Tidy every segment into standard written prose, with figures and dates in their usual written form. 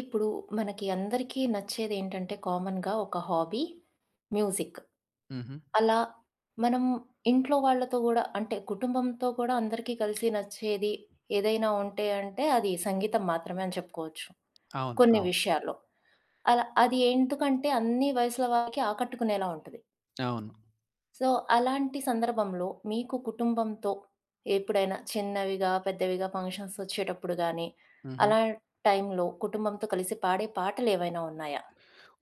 ఇప్పుడు మనకి అందరికీ నచ్చేదేంటంటే, కామన్‌గా ఒక హాబీ మ్యూజిక్. హుహు. అలా మనం ఇంట్లో వాళ్ళతో గూడా అంటే, కుటుంబంతో గూడా అందరికీ కలిసి నచ్చేది ఏదైనా ఉంటే అంటే, అది సంగీతం మాత్రమే అని చెప్పుకోవచ్చు. అవును. కొన్ని అవును. విషయాల్లో. అలా అది ఎందుకంటే, అన్ని వయసుల వారికి ఆకట్టుకునేలా ఉంటది. అవును. సో, అలాంటి సందర్భంలో మీకు కుటుంబంతో ఎప్పుడైనా చిన్నవిగా, పెద్దవిగా ఫంక్షన్స్ వచ్చేటప్పుడు గానీ, హుహు. అలా టైంలో కుటుంబంతో కలిసి పాడే పాటలేవైనా ఉన్నాయా?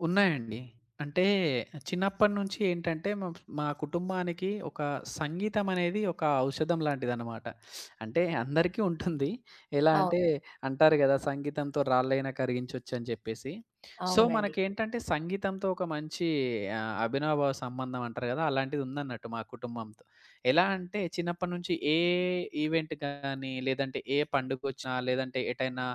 ఉన్నాయండి. అంటే చిన్నప్పటి నుంచి ఏంటంటే మా మా కుటుంబానికి ఒక సంగీతం అనేది ఒక ఔషధం లాంటిదనమాట. అంటే అందరికీ ఉంటుంది. ఎలా అంటే అంటారు గదా! సంగీతంతో రాళ్ళైనా కరిగించొచ్చు అని జెప్పేసి. సో, అవునండి. మనకేంటంటే సంగీతంతో ఒక మంచి అభినవభావ సంబంధం అంటారు గదా! అలాంటిదుందన్నట్టు మా కుటుంబంతో. ఎలా అంటే చిన్నప్పటి నుంచి ఏ ఈవెంట్ గాని, లేదంటే ఏ పండుగొచ్చినా, లేదంటే ఎటైనా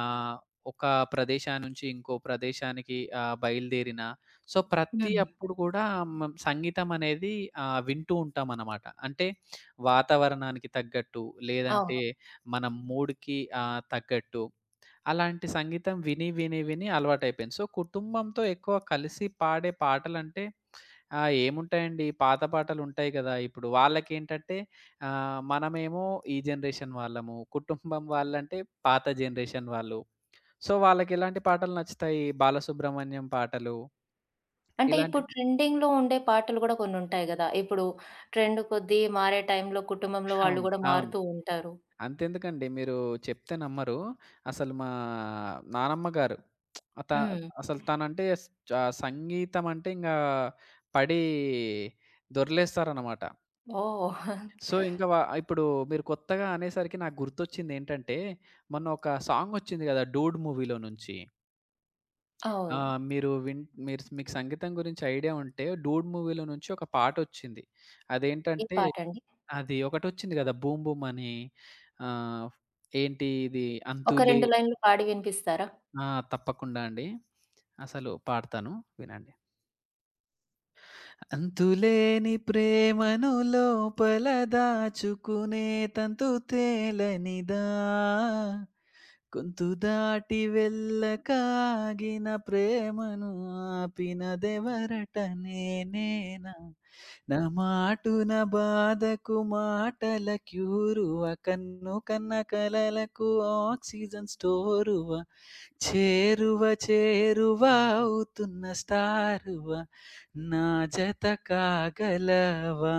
ఆహ్, ఒక ప్రదేశాన్నుంచి ఇంకో ప్రదేశానికి బయలుదేరిన సో, ప్రతి హ్మ్. అప్పుడు కూడా మ సంగీతం అనేది వింటూ ఉంటామనమాట. అంటే వాతావరణానికి తగ్గట్టు, అవును. లేదంటే మన మూడ్‌కి తగ్గట్టు అలాంటి సంగీతం విని, విని, విని అలవాటైపోయింది. సో, కుటుంబంతో ఎక్కువ కలిసి పాడే పాటలంటే ఏముంటాయండి పాత పాటలుంటాయి గదా! ఇప్పుడు వాళ్ళకేంటంటే మనమేమో ఈ జనరేషన్ వాళ్ళము, కుటుంబం వాళ్ళంటే పాత జనరేషన్ వాళ్ళు. సో, వాళ్ళకెలాంటి పాటలు నచ్చుతాయి? బాలసుబ్రహ్మణ్యం పాటలు అంటే ఇలాంటి. ఇప్పుడు ట్రెండింగ్‌లో ఉండే పాటలు గూడా కొన్నుంటాయి గదా! ఇప్పుడు ట్రెండ్ కొద్దీ మారే టైంలో కుటుంబంలో వాళ్ళు అవును. గూడా అవును. మారుతూ ఉంటారు. అంతెందుకండి మీరు చెప్తే నమ్మరు. అసలు మా నానమ్మ గారు త హ్మ్. అసలు తనంటే స్ చ సంగీతం అంటే ఇంగా పడి దొర్లేస్తారనమాట. ఓహ్! సో, ఇంకా ఇప్పుడు మీరు కొత్తగా అనేసరికి నాకు గుర్తొచ్చిందేంటంటే, మొన్న ఒక సాంగొచ్చింది గదా! 'డూడ్' మూవీలో నుంచి. ఆ! అవును. మీరు విన్ మీరు మీకు సంగీతం గురించి ఐడియా ఉంటే 'డూడ్' మూవీలో నుంచి ఒక పాటొచ్చింది. ఏ అదేంటంటే పాటండి? అది ఒకటొచ్చింది గదా! 'బూమ్ బూమ్' అని. ఆహ్, ఏంటి ఇది ఒక 'అంతులే'. 2 లైన్‌లు పాడి వినిపిస్తారా? ఆ! తప్పకుండా అండి. అసలు పాడతాను, వినండి. అంతులేని ప్రేమను లోపల దాచుకునే తంతు తేలనిదా, గొంతు దాటి వెళ్ళకాగిన ప్రేమను ఆపినదెవరట, నేనేనా. నా మాటున బాధకు మాటల క్యూరువ, కన్ను కన్న కలలకు ఆక్సిజన్ స్టోరువ, చేరువ చేరువ అవుతున్న స్టారువ, నా జత కాగలవా.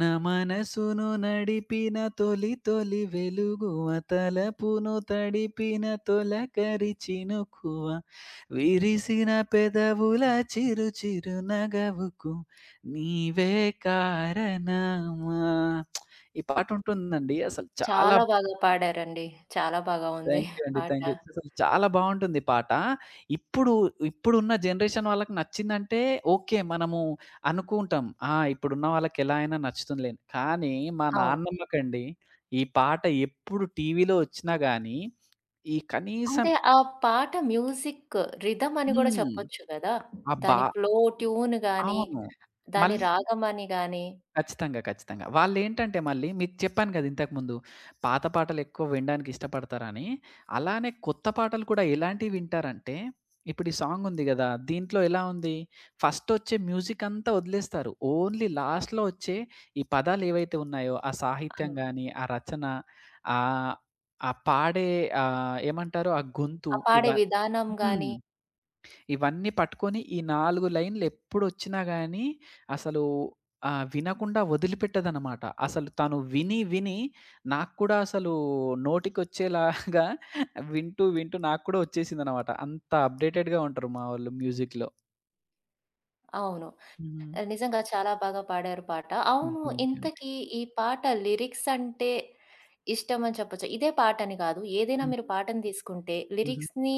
నా మనసును నడిపిన తొలి తొలి వెలుగువ, తలపును తడిపిన తొలకరి చినుకువ, విరిసిన పెదవుల చిరు చిరు నగవుకు నీవే కారణమా. ఈ పాట ఉంటుందండి అసలు చాలా. చాలా బాగా పాడారండి. చాలా బాగా ఉంది థాంక్ యూ అండి. పాట. Thank you. అసలు చాలా బావుంటుంది పాట. ఇప్పుడు, ఇప్పుడున్న జనరేషన్ వాళ్ళకి నచ్చిందంటే ఓకే. మనము అనుకుంటాం. ఆ! ఇప్పుడున్న వాళ్ళకి ఎలా అయినా నచ్చుతుందిలే అని. కానీ మా అవును. నాన్నమ్మకండి ఈ పాట ఎప్పుడు టీవీలో వచ్చినా గానీ, ఈ కనీసం. అంటే ఆ పాట మ్యూజిక్ రిథమ్ అని గూడా హ్మ్. చెప్పొచ్చు గదా! ఆ బా దాని ఫ్లో ట్యూన్ గాని, అవును. మళ్ దాని రాగం అని గాని, ఖచ్చితంగా. ఖచ్చితంగా. వాళ్ళేంటంటే మళ్ళీ మీకు చెప్పాను గదా! ఇంతకుముందు పాత పాటలెక్కువ వినడానికి ఇష్టపడతారని. అలానే కొత్త పాటలు కూడా ఎలాంటివి వింటారంటే, ఇప్పుడు ఈ సాంగుంది గదా! దీంట్లో ఎలా ఉంది, ఫస్టొచ్చే మ్యూజికంతా వదిలేస్తారు. ఓన్లీ లాస్ట్‌లో వచ్చే ఈ పదాలేవైతే ఉన్నాయో, ఆ సాహిత్యం అవును. గాని, ఆ రచన, ఆహ్, ఆ పాడే, ఏమంటారు ఆ గొంతు ఆ ఇవ పాడే విధానం హ్మ్. గాని ఇవన్నీ పట్టుకొని ఈ 4 లైన్‌లెప్పుడొచ్చినా గానీ, అసలు వినకుండా వదిలిపెట్టదనమాట. అసలు తను విని, విని నాకు కూడా అసలు నోటికొచ్చేలాగా వింటూ, వింటూ నాకు కూడా వచ్చేసిందనమాట. అంత అప్‌డేటెడ్‌గా ఉంటారు మా వాళ్ళు మ్యూజిక్‌లో. అవును. హ్మ్. నిజంగా చాలా బాగా పాడారు పాట. హ్మ్. అవును. థాంక్యూ అండి. ఇంతకీ ఈ పాట లిరిక్స్ అంటే ఇష్టమని చెప్పొచ్చా? ఇదే పాటని కాదు. ఏదైనా మీరు హ్మ్. పాటను తీసుకుంటే హుహు. లిరిక్స్‌ని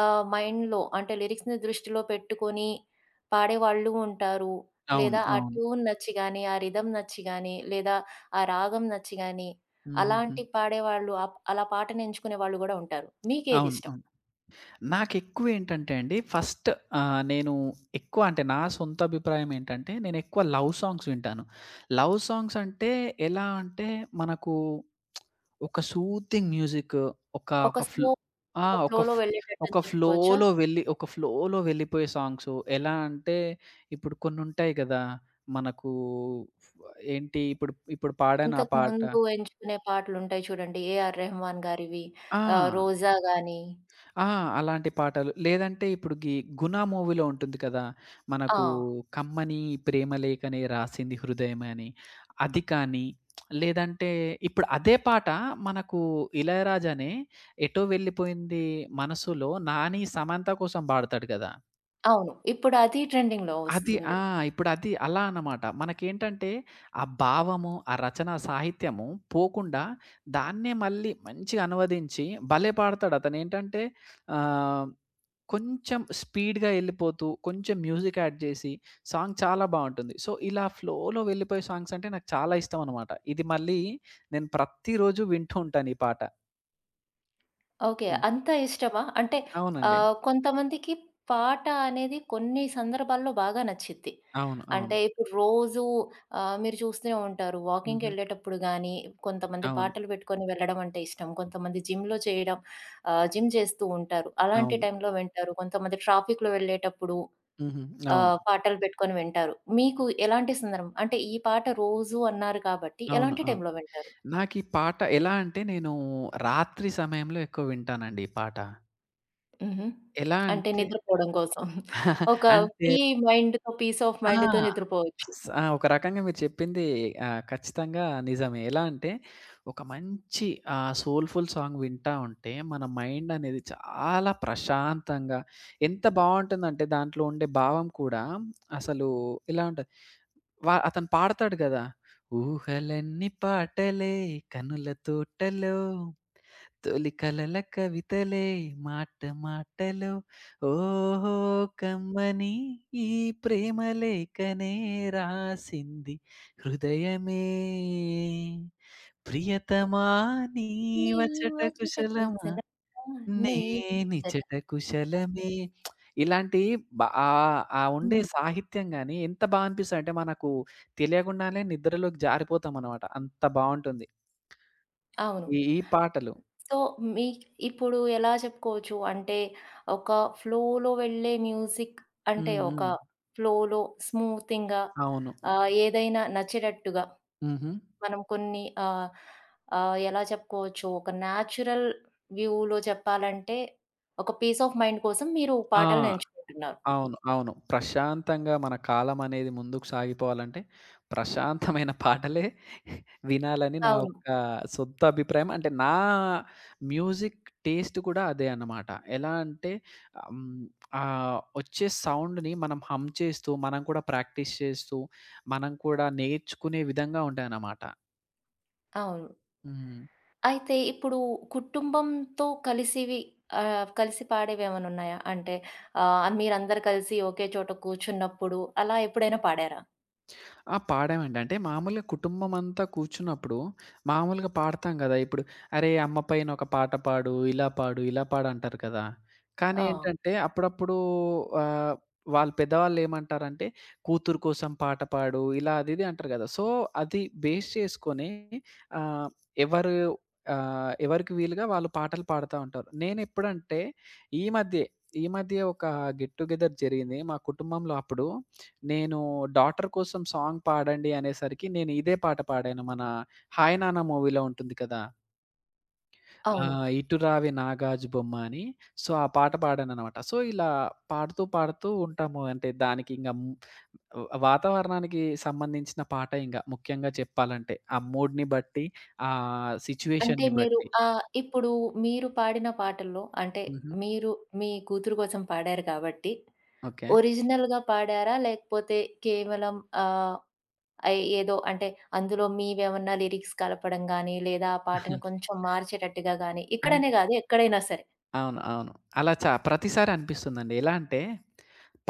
మైండ్‌లో అంటే లిరిక్స్‌ని దృష్టిలో పెట్టుకొని పాడేవాళ్ళు ఉంటారు. అవును. లేదా ఆ అవును. ట్యూన్ నచ్చి గాని, ఆ రిథమ్ నచ్చి గాని, లేదా ఆ రాగం నచ్చి గాని హుహుహు. అలాంటి పాడేవాళ్ళు అలా పాటని ఎంచుకునే వాళ్ళు గూడా ఉంటారు. అవును. మీకేదిష్టం? అవును. నాకెక్కువేంటంటే అండి ఫస్ట్ నేను ఎక్కువ అంటే నా సొంత అభిప్రాయం ఏంటంటే, నేనెక్కువ లవ్ సాంగ్స్ వింటాను. లవ్ సాంగ్స్ అంటే ఎలా అంటే మనకు ఒక సూతింగ్ మ్యూజిక్, ఒక ఒక ఒక ఫ్ల్ స్లో ఆ! ఒక ఫ్లోలో వెళ్ళేటట్టు చెప్పుకోవచ్చా? ఒక ఫ్లోలో వెళ్ళిపోయే సాంగ్సు. ఎలా అంటే ఇప్పుడు కొన్నుంటాయి గదా! మనకు. ఏంటి ఇప్పుడు ఇప్పుడు పాడాను ఆ ఇంతకు పాట. ముందు ఎంచుకునే పాటలుంటాయి చూడండి. 'ఏఆర్ రెహమాన్' గారివి ఆ! 'రోజా' గాని ఆ! అలాంటి పాటలు. లేదంటే ఇప్పుడు 'గుణ' మూవీలో ఉంటుంది కదా! ఆ! మనకు, "కమ్మని ప్రేమలేఖనే రాసింది హృదయమే" అని. అది కానీ, లేదంటే ఇప్పుడు అదే పాట మనకు ఇళయరాజానే "ఎటో వెళ్ళిపోయింది మనసులో" 'నాని' 'సమంత' కోసం పాడతాడు కదా! అవును. ఇప్పుడు అది ట్రెండింగ్‌లో అది వస్తుంది. ఆ! ఇప్పుడు అది అలా అన్నమాట. మనకేంటంటే ఆ భావము, ఆ రచన సాహిత్యము పోకుండా దాన్నే మళ్ళీ మంచిగా అనువదించి భలే పాడతాడు అతనేంటంటే, ఆహ్ కొంచెం స్పీడ్‌గా ఎళ్ళిపోతూ, కొంచెం మ్యూజిక్ యాడ్ జేసి, సాంగ్ చాలా బావుంటుంది. సో, ఇలా ఫ్లోలో వెళ్ళిపోయే సాంగ్స్ అంటే నాకు చాలా ఇష్టమనమాట. ఇది మళ్ళీ నేను ప్రతిరోజు వింటూ ఉంటాను ఈ పాట. ఓకే. హ్మ్. అంత ఇష్టమా? అంటే అవునండి. కొంతమందికి పాట అనేది కొన్ని సందర్భాల్లో బాగా నచ్చిద్ది. అవును. అవును. అంటే ఇప్పుడు రోజు మీరు చూస్తూనే ఉంటారు. హుహు. వాకింగ్‌కెళ్ళేటప్పుడు గాని, కొంతమంది అవును. పాటలు పెట్టుకొని వెళ్ళడం అంటే ఇష్టం. కొంతమంది జిమ్‌లో చేయడం జిమ్ చేస్తూ ఉంటారు. అలాంటి అవును. టైంలో వింటారు. కొంతమంది ట్రాఫిక్‌లో వెళ్ళేటప్పుడు హుహు. అవును. పాటలు పెట్టుకొని వింటారు. మీకు ఎలాంటి సందర్భం? అంటే ఈ పాట రోజు అన్నారు కాబట్టి అవును. ఎలాంటి అవును. టైంలో వింటారు? నాకీ పాట ఎలా అంటే నేను రాత్రి సమయంలో ఎక్కువ వింటానండి ఈ పాట. హుహు. ఎలా అంటే అంటే నిద్రపోవడం కోసం. ఒక అంటే ఫ్రీ మైండ్‌తో పీస్ ఆఫ్ ఆ! మైండ్‌తో నిద్రపోవచ్చు. ఆ! ఒక రకంగా మీరు చెప్పింది ఖచ్చితంగా నిజమే. ఎలా అంటే, ఒక మంచి సోల్‌ఫుల్ సాంగ్ వింటా ఉంటే, మన మైండ్ అనేది చాలా ప్రశాంతంగా ఎంత బావుంటుందంటే, దాంట్లో ఉండే భావం కూడా అసలు ఇలా ఉంటది. అతను పాడతాడు గదా! ఊహలన్నీ పాటలే, కనుల తోటలో తొలి కలల కవితలే, మాట మాటలో ఓహో, కమ్మని ఈ ప్రేమ లేఖనే రాసింది హృదయమే, ప్రియతమా నీ నీవచట ముచ్చట కుశలమా, కోసరమ్మా నే చట నేనిచట కుశలమే. ఇలాంటి ఆ ఉండే హ్మ్. సాహిత్యం గాని ఎంత అనిపిస్తదంటే మనకు తెలియకుండానే నిద్రలోకి జారిపోతామనమాట. అంత బావుంటుంది అవును. ఈ ఈ పాటలు. సో, మీ ఇప్పుడు ఎలా చెప్పుకోవచ్చు అంటే ఒక ఫ్లోలో వెళ్ళే మ్యూజిక్ అంటే హ్మ్. ఒక హ్మ్. ఫ్లోలో స్మూతింగ్‌గా అవును. ఏదైనా నచ్చేటట్టుగా హుహు. మనం కొన్ని ఆహ్, ఆహ్, ఎలా చెప్పుకోవచ్చు ఒక న్యాచురల్ వ్యూలో చెప్పాలంటే ఒక పీస్ ఆఫ్ మైండ్ కోసం మీరు పాటలను ఆ! ఎంచుకుంటున్నారు. అవును. అవును. ప్రశాంతంగా మన కాలం అనేది ముందుకు సాగిపోవాలంటే, ప్రశాంతమైన పాటలే వినాలని నా అవును. యొక్క సొంత అభిప్రాయం. అంటే నా మ్యూజిక్ టేస్ట్ కూడా అదే అన్నమాట. ఎలా అంటే హ్మ్, వచ్చే సౌండ్‌ని మనం హమ్ చేస్తూ, మనం కూడా ప్రాక్టీస్ చేస్తూ, మనం కూడా నేర్చుకునే విధంగా ఉంటాయన్నమాట. అవును. హ్మ్. అయితే ఇప్పుడు కుటుంబంతో కలిసి పాడేవేమైనా ఉన్నాయా? అంటే మీరందరూ కలిసి ఒకే చోట కూర్చున్నప్పుడు అలా ఎప్పుడైనా పాడారా? ఆ! పాడామండి. అంటే మామూలుగా కుటుంబమంతా కూర్చున్నప్పుడు మామూలుగా పాడతాం గదా! ఇప్పుడు "అరే! అమ్మ పైన ఒక పాట పాడు, ఇలా పాడు, ఇలా పాడు" అంటారు కదా! కానీ ఆ! ఏంటంటే అప్పుడప్పుడు ఆహ్, వాళ్ళు పెద్దవాళ్ళేమంటారంటే, "కూతురు కోసం పాట పాడు" ఇలా అది ఇది అంటారు గదా! సో, అది బేస్ చేసుకొని ఆహ్, ఎవరు ఎవరికి వీలుగా వాళ్ళు పాటలు పాడుతా ఉంటారు. నేనెప్పుడంటే ఈ మధ్యే, ఈ మధ్య ఒక గెట్ టు గెదర్ జరిగింది మా కుటుంబంలో. అప్పుడు నేను 'డాటర్' కోసం సాంగ్ పాడండి అనేసరికి నేను ఇదే పాట పాడాను. మన 'హాయ్ నాన్న' మూవీలో ఉంటుంది కదా! అవును. "ఇటు రావే నాగాజు బొమ్మ" అని. సో, ఆ పాట పాడాననమాట. సో, ఇలా పాడుతూ, పాడుతూ ఉంటాము. అంటే దానికి ఇంగ మ్ వ వాతావరణానికి సంబంధించిన పాట ఇంగ ముఖ్యంగా చెప్పాలంటే. ఆ మూడ్‌ని బట్టి, ఆ అంటే సిట్యుయేషన్‌ని మీరు బట్టి. ఆహ్, ఇప్పుడు మీరు పాడిన పాటల్లో అంటే హుహు. మీరు మీ కూతురు కోసం పాడారు కాబట్టి ఓకే. ఒరిజినల్‌గా పాడారా? లేకపోతే కేవలం ఆహ్, అయి ఏదో అంటే అందులో మీవేమన్నా లిరిక్స్ కలపడం గానీ, లేదా ఆ పాటని కొంచెం మార్చేటట్టుగా గానీ, ఇక్కడనే గాదు ఎక్కడైనా సరే. అవును. అవును. అలా చ ప్రతిసారి అనిపిస్తుందండి. ఎలా అంటే,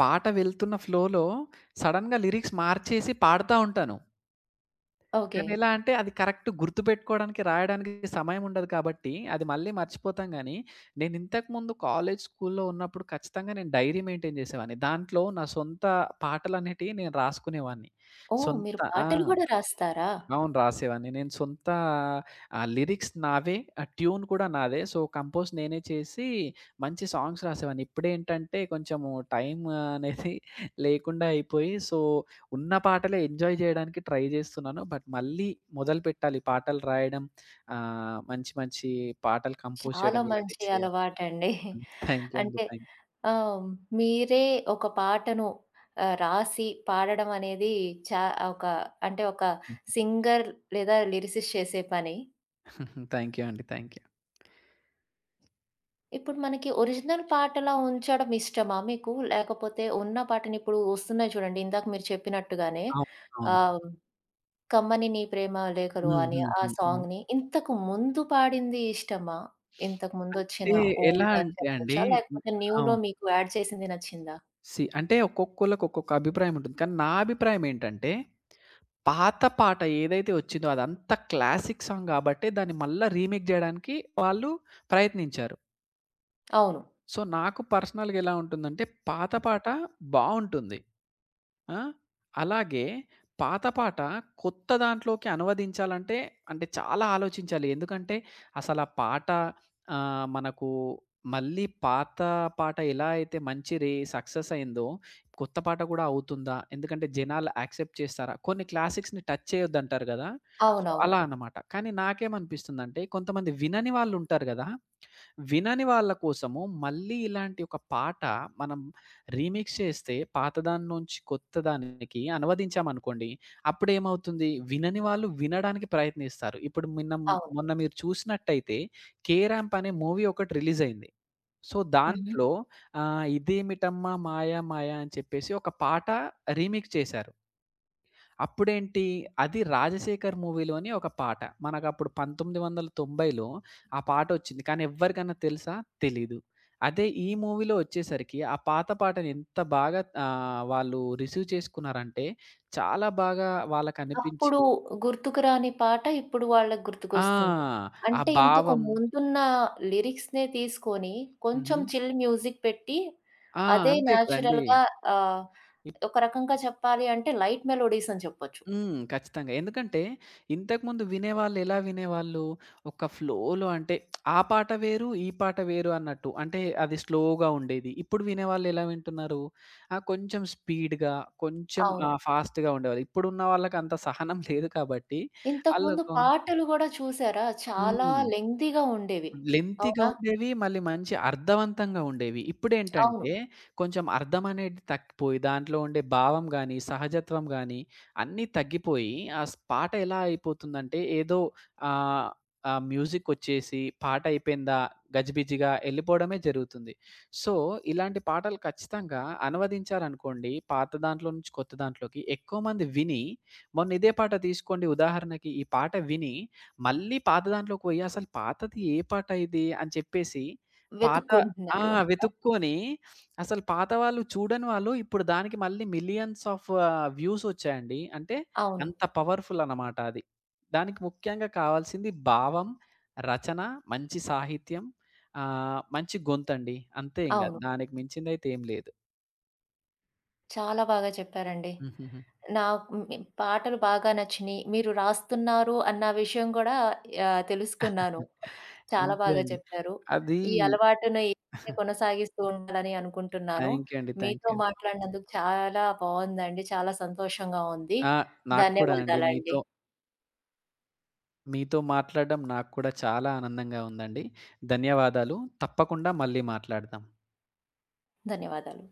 పాట వెళ్తున్న ఫ్లోలో సడెన్‌గా లిరిక్స్ మార్చేసి పాడుతా ఉంటాను. ఓకే. కానీ ఎలా అంటే, అది కరెక్ట్ గుర్తుపెట్టుకోవడానికి, రాయడానికి సమయం ఉండదు కాబట్టి, అది మళ్ళీ మర్చిపోతాం గానీ, నేను ఇంతకుముందు కాలేజ్, స్కూల్లో ఉన్నప్పుడు ఖచ్చితంగా నేను డైరీ మెయింటైన్ చేసేవాడిని. దాంట్లో నా సొంత పాటలనేటివి నేను రాసుకునేవాడిని. ఓహ్! సొంత మీరు ఆ! పాటలు గూడా రాస్తారా? అవును. రాసేవాడిని. నేను సొంత లిరిక్స్ నావే. ఆ ట్యూన్ కూడా నాదే. సో, కంపోజ్ నేనే చేసి మంచి సాంగ్స్ రాసేవాడిని. ఇప్పుడేంటంటే కొంచెము టైం అనేది లేకుండా అయిపోయి, సో, ఉన్న పాటలే ఎంజాయ్ చేయడానికి ట్రై చేస్తున్నాను. బట్ మళ్ళీ మొదలుపెట్టాలి పాటలు రాయడం. మంచి మంచి పాటలు కంపోజ్ చాలా చేయడం ఇలాంటివి మంచి చేయాలి. అలవాటండి. హ్మ్. థాంక్ యూ అండి. అంటే థాంక్ ఆహ్, మీరే ఒక పాటను రాసి పాడడం అనేది చా ఒక అంటే ఒక యూ. సింగర్ లేదా లిరిసిస్ట్ చేసే పని. థాంక్ యూ అండి. థాంక్ యూ. ఇప్పుడు మనకి ఒరిజినల్ పాటలా ఉంచడం ఇష్టమా మీకు? లేకపోతే ఉన్న పాటని ఇప్పుడు వస్తున్నాయి చూడండి. ఇందాక మీరు చెప్పినట్టుగానే అవును. అవును. ఆహ్, 'కమ్మని నీ ప్రేమ లేఖలు' హ్మ్. అని హ్మ్. ఆ హ్మ్. హ్మ్. సాంగ్‌ని ఇంతకు ముందు పాడింది ఇష్టమా? ఇంతకు అంటే ముందొచ్చిన ఎలా ఓల్డ్ అని అంటే అండి. చెప్పొచ్చా? హ్మ్. లేకపోతే న్యూలో అవును. మీకు యాడ్ చేసింది నచ్చిందా? అంటే ఒక్కొక్కళ్ళకి ఒక్కొక్క అభిప్రాయం ఉంటుంది. కానీ నా అభిప్రాయం ఏంటంటే, పాత పాట ఏదైతే వచ్చిందో అదంతా క్లాసిక్ సాంగ్ గాబట్టే దాన్ని మళ్ళా రీమేక్ జేయడానికి వాళ్ళు ప్రయత్నించారు. అవును. సో, నాకు పర్సనల్‌గా ఎలా ఉంటుందంటే, పాత పాట బావుంటుంది. ఆ! అలాగే పాత పాట కొత్త దాంట్లోకి అనువదించాలంటే, అంటే చాలా ఆలోచించాలి. ఎందుకంటే, అసలా పాట మనకు మళ్ళీ పాత పాట ఎలా అయితే మంచి సక్సెస్ అయిందో, కొత్త పాట కూడా అవుతుందా? ఎందుకంటే, జనాలు యాక్సెప్ట్ చేస్తారా? కొన్ని క్లాసిక్స్‌ని టచ్ చేయొద్దంటారు గదా! సో, అవునవును. అలా అన్నమాట. కానీ నాకేమనిపిస్తుందంటే, కొంతమంది వినని వాళ్ళుంటారు గదా! వినని వాళ్ళ కోసము మళ్ళీ ఇలాంటి ఒక పాట మనం రీమిక్స్ చేస్తే పాతదాని నుంచి కొత్తదానికి అనువదించామనుకోండి, అప్పుడేమవుతుంది? వినని వాళ్ళు వినడానికి ప్రయత్నిస్తారు. ఇప్పుడు మొన్న మీరు చూసినట్టయితే 'కే ర్యాంప్' అనే మూవీ ఒకటి రిలీజయింది. సో, అవును. దాంట్లో 'ఇదేమిటమ్మా మాయ మాయ' అని చెప్పేసి ఒక పాట రీమిక్స్ చేశారు. అప్పుడేంటి, అది 'రాజశేఖర్' మూవీలోని ఒక పాట. మనకప్పుడు 1990లో ఆ పాటొచ్చింది. కానీ ఎవ్వరికన్నా తెలుసా? తెలీదు. అదే ఈ మూవీలో వచ్చేసరికి ఆ పాత పాటని ఎంత బాగా వాళ్ళు రిసీవ్ చేసుకున్నారంటే, చాలా బాగా వాళ్ళకనిపించి. అప్పుడు గుర్తుకు రాని పాట ఇప్పుడు వాళ్ళకి ఆ! గుర్తుకొస్తుంది. ఆ అంటే ఇంతకు భావం. ముందున్న లిరిక్స్‌నే తీసుకొని హుహు. కొంచెం చిల్ మ్యూజిక్ పెట్టి ఆ! అదే అంతే కదండీ! న్యాచురల్‌గా ఆహ్, ఒక రకంగా చెప్పాలి అంటే లైట్ మెలోడీస్ అని చెప్పొచ్చు. హ్మ్. ఖచ్చితంగా. ఎందుకంటే, ఇంతకుముందు వినేవాళ్ళు ఎలా వినేవాళ్ళు, ఒక ఫ్లోలో అంటే ఆ పాట వేరు, ఈ పాట వేరు అన్నట్టు. అంటే అది స్లోగా ఉండేది. ఇప్పుడు వినేవాళ్ళు ఎలా వింటున్నారు, ఆ కొంచెం స్పీడ్‌గా, కొంచెం అవును. ఫాస్ట్‌గా ఉండేవాళ్ళు. ఇప్పుడున్న వాళ్ళకి అంత సహనం లేదు కాబట్టి. ఇంతకుముందు ఆళ్ళొక పాటలు గూడా చూసారా? చాలా హ్మ్. లెంగ్తీగా ఉండేవి. లెంతీగా అవునా? ఉండేవి. మళ్ళీ మంచి అర్థవంతంగా ఉండేవి. అవును. ఇప్పుడేంటంటే, కొంచెం అర్థం అనేది తగ్గిపోయి, దాంట్లో ఉండే భావం గాని, సహజత్వం గాని అన్నీ తగ్గిపోయి, ఆ పాట ఎలా అయిపోతుందంటే, ఏదో ఆహ్, ఆ మ్యూజికొచ్చేసి పాట అయిపోయిందా, గజిబిజిగా ఎళ్ళిపోవడమే జరుగుతుంది. సో, ఇలాంటి పాటలు ఖచ్చితంగా అనువదించారనుకోండి, పాత దాంట్లో నుంచి కొత్త దాంట్లోకి, ఎక్కువ మంది విని. మొన్న ఇదే పాట తీసుకోండి ఉదాహరణకి, ఈ పాట విని మళ్ళీ పాత దాంట్లోకి పోయి అసలు పాతది ఏ పాట ఇది అని చెప్పేసి పాత ఆ! వెతుక్కుంటున్నారు. వెతుక్కొని అసలు పాత వాళ్ళు చూడని వాళ్ళు ఇప్పుడు దానికి మళ్ళీ మిలియన్స్ ఆఫ్ వ్యూస్ వచ్చాయండి. అంటే అవును. అంత పవర్‌ఫుల్ అన్నమాట అది. దానికి ముఖ్యంగా కావాల్సింది భావం, రచన, మంచి సాహిత్యం, మంచి గొంతండి. అంతే ఇంగ. అవును. దానికి మించిందైతే ఏం లేదు. చాలా బాగా చెప్పారండి. హుహుహు. నాకు హ్మ్. పాటలు బాగా నచ్చినియి. మీరు రాస్తున్నారు అన్న విషయం గూడా తెలుసుకున్నాను. చాలా అంతే బాగా అండి. చెప్పారు. అది ఈ అలవాటును ఇలాగే కొనసాగిస్తూ ఉండాలని అనుకుంటున్నాను. థాంక్ యూ అండి. థాంక్ మీతో యూ. మాట్లాడినందుకు చాలా బావుందండి. చాలా సంతోషంగా ఉంది. ఆ! నాకు కూడా అండి. ధన్యవాదాలండి. మీతో మీతో మాట్లాడడం నాకు కూడా చాలా ఆనందంగా ఉందండి. ధన్యవాదాలు. తప్పకుండా మళ్ళీ మాట్లాడదాం. ధన్యవాదాలు.